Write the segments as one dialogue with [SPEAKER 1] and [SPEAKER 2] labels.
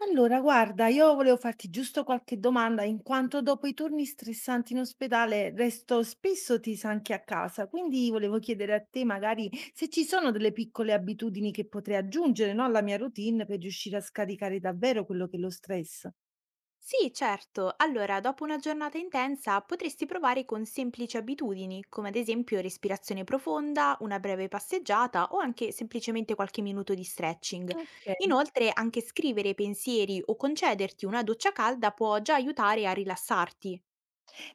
[SPEAKER 1] Allora, guarda, io volevo farti giusto qualche domanda, in quanto dopo i turni stressanti in ospedale resto spesso tesa anche a casa, quindi volevo chiedere a te magari se ci sono delle piccole abitudini che potrei aggiungere, no, alla mia routine per riuscire a scaricare davvero quello che è lo stress.
[SPEAKER 2] Sì, certo. Allora, dopo una giornata intensa potresti provare con semplici abitudini, come ad esempio respirazione profonda, una breve passeggiata o anche semplicemente qualche minuto di stretching.
[SPEAKER 1] Ok.
[SPEAKER 2] Inoltre, anche scrivere pensieri o concederti una doccia calda può già aiutare a rilassarti.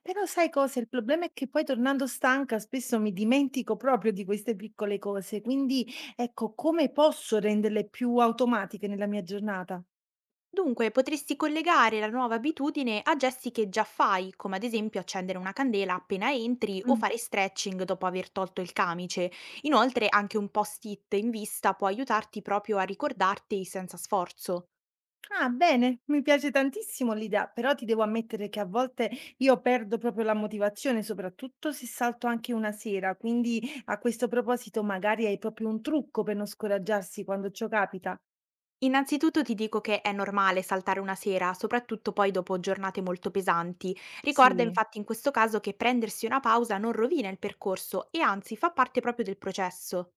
[SPEAKER 1] Però sai cosa? Il problema è che poi tornando stanca spesso mi dimentico proprio di queste piccole cose, quindi ecco, come posso renderle più automatiche nella mia giornata?
[SPEAKER 2] Dunque, potresti collegare la nuova abitudine a gesti che già fai, come ad esempio accendere una candela appena entri o fare stretching dopo aver tolto il camice. Inoltre, anche un post-it in vista può aiutarti proprio a ricordarti senza sforzo.
[SPEAKER 1] Ah, bene, mi piace tantissimo l'idea, però ti devo ammettere che a volte io perdo proprio la motivazione, soprattutto se salto anche una sera, quindi a questo proposito magari hai proprio un trucco per non scoraggiarsi quando ciò capita.
[SPEAKER 2] Innanzitutto ti dico che è normale saltare una sera, soprattutto poi dopo giornate molto pesanti. Ricorda
[SPEAKER 1] Sì.
[SPEAKER 2] infatti, in questo caso, che prendersi una pausa non rovina il percorso e anzi fa parte proprio del processo.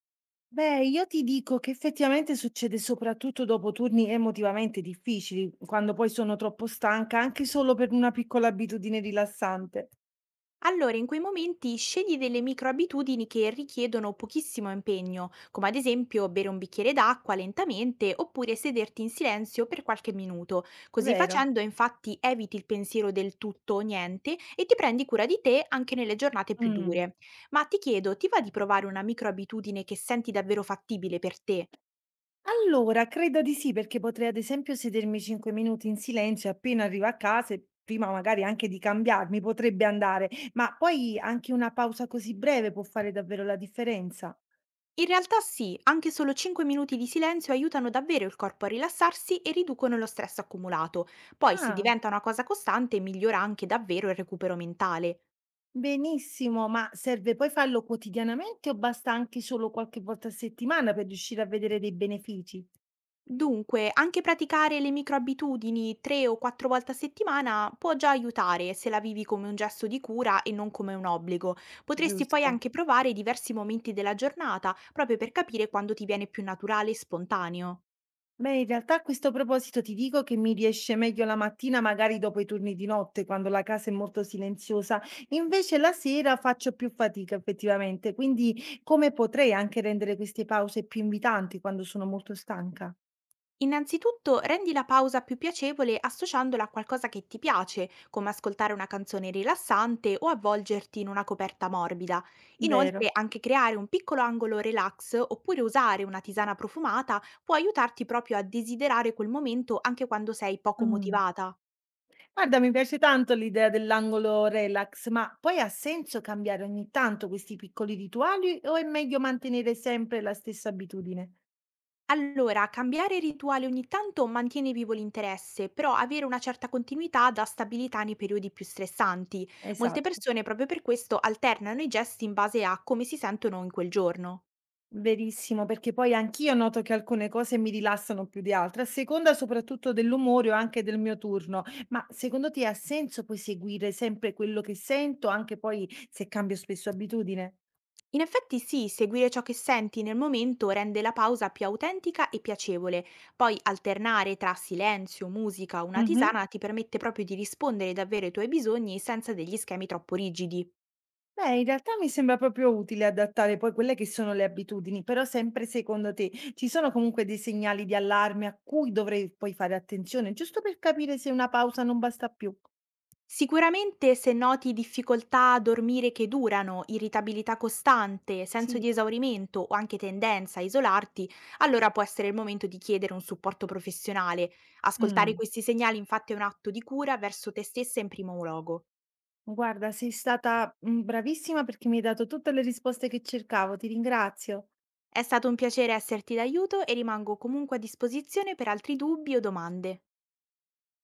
[SPEAKER 1] Beh, io ti dico che effettivamente succede soprattutto dopo turni emotivamente difficili, quando poi sono troppo stanca, anche solo per una piccola abitudine rilassante,
[SPEAKER 2] Allora, in quei momenti scegli delle microabitudini che richiedono pochissimo impegno, come ad esempio bere un bicchiere d'acqua lentamente oppure sederti in silenzio per qualche minuto. Così
[SPEAKER 1] vero?
[SPEAKER 2] facendo, infatti, eviti il pensiero del tutto o niente e ti prendi cura di te anche nelle giornate più
[SPEAKER 1] Mm.
[SPEAKER 2] dure. Ma ti chiedo, ti va di provare una microabitudine che senti davvero fattibile per te?
[SPEAKER 1] Allora, credo di sì, perché potrei ad esempio sedermi 5 minuti in silenzio e appena arrivo a casa e prima magari anche di cambiarmi, potrebbe andare, ma poi anche una pausa così breve può fare davvero la differenza.
[SPEAKER 2] In realtà sì, anche solo 5 minuti di silenzio aiutano davvero il corpo a rilassarsi e riducono lo stress accumulato. Poi, se
[SPEAKER 1] Ah,
[SPEAKER 2] diventa una cosa costante, migliora anche davvero il recupero mentale.
[SPEAKER 1] benissimo, ma serve poi farlo quotidianamente o basta anche solo qualche volta a settimana per riuscire a vedere dei benefici?
[SPEAKER 2] Dunque, anche praticare le microabitudini 3 o 4 volte a settimana può già aiutare, se la vivi come un gesto di cura e non come un obbligo. Potresti poi
[SPEAKER 1] Giusto.
[SPEAKER 2] anche provare diversi momenti della giornata, proprio per capire quando ti viene più naturale e spontaneo.
[SPEAKER 1] Beh, in realtà a questo proposito ti dico che mi riesce meglio la mattina, magari dopo i turni di notte, quando la casa è molto silenziosa. Invece la sera faccio più fatica effettivamente, quindi come potrei anche rendere queste pause più invitanti quando sono molto stanca?
[SPEAKER 2] Innanzitutto rendi la pausa più piacevole associandola a qualcosa che ti piace, come ascoltare una canzone rilassante o avvolgerti in una coperta morbida.
[SPEAKER 1] Vero.
[SPEAKER 2] Inoltre, anche creare un piccolo angolo relax oppure usare una tisana profumata può aiutarti proprio a desiderare quel momento anche quando sei poco
[SPEAKER 1] Mm.
[SPEAKER 2] motivata.
[SPEAKER 1] Guarda, mi piace tanto l'idea dell'angolo relax, ma poi ha senso cambiare ogni tanto questi piccoli rituali o è meglio mantenere sempre la stessa abitudine?
[SPEAKER 2] Allora, cambiare rituali ogni tanto mantiene vivo l'interesse, però avere una certa continuità dà stabilità nei periodi più stressanti. Molte
[SPEAKER 1] Esatto.
[SPEAKER 2] persone, proprio per questo, alternano i gesti in base a come si sentono in quel giorno.
[SPEAKER 1] Verissimo, perché poi anch'io noto che alcune cose mi rilassano più di altre, a seconda soprattutto dell'umore o anche del mio turno. Ma secondo te ha senso poi seguire sempre quello che sento, anche poi se cambio spesso abitudine?
[SPEAKER 2] In effetti sì, seguire ciò che senti nel momento rende la pausa più autentica e piacevole. Poi alternare tra silenzio, musica o una
[SPEAKER 1] Mhm.
[SPEAKER 2] tisana ti permette proprio di rispondere davvero ai tuoi bisogni, senza degli schemi troppo rigidi.
[SPEAKER 1] Beh, in realtà mi sembra proprio utile adattare poi quelle che sono le abitudini, però sempre secondo te ci sono comunque dei segnali di allarme a cui dovrei poi fare attenzione, giusto per capire se una pausa non basta più.
[SPEAKER 2] Sicuramente, se noti difficoltà a dormire che durano, irritabilità costante, senso
[SPEAKER 1] Sì.
[SPEAKER 2] di esaurimento o anche tendenza a isolarti, allora può essere il momento di chiedere un supporto professionale. Ascoltare
[SPEAKER 1] Mm.
[SPEAKER 2] questi segnali, infatti, è un atto di cura verso te stessa in primo luogo.
[SPEAKER 1] Guarda, sei stata, bravissima perché mi hai dato tutte le risposte che cercavo, ti ringrazio.
[SPEAKER 2] È stato un piacere esserti d'aiuto e rimango comunque a disposizione per altri dubbi o domande.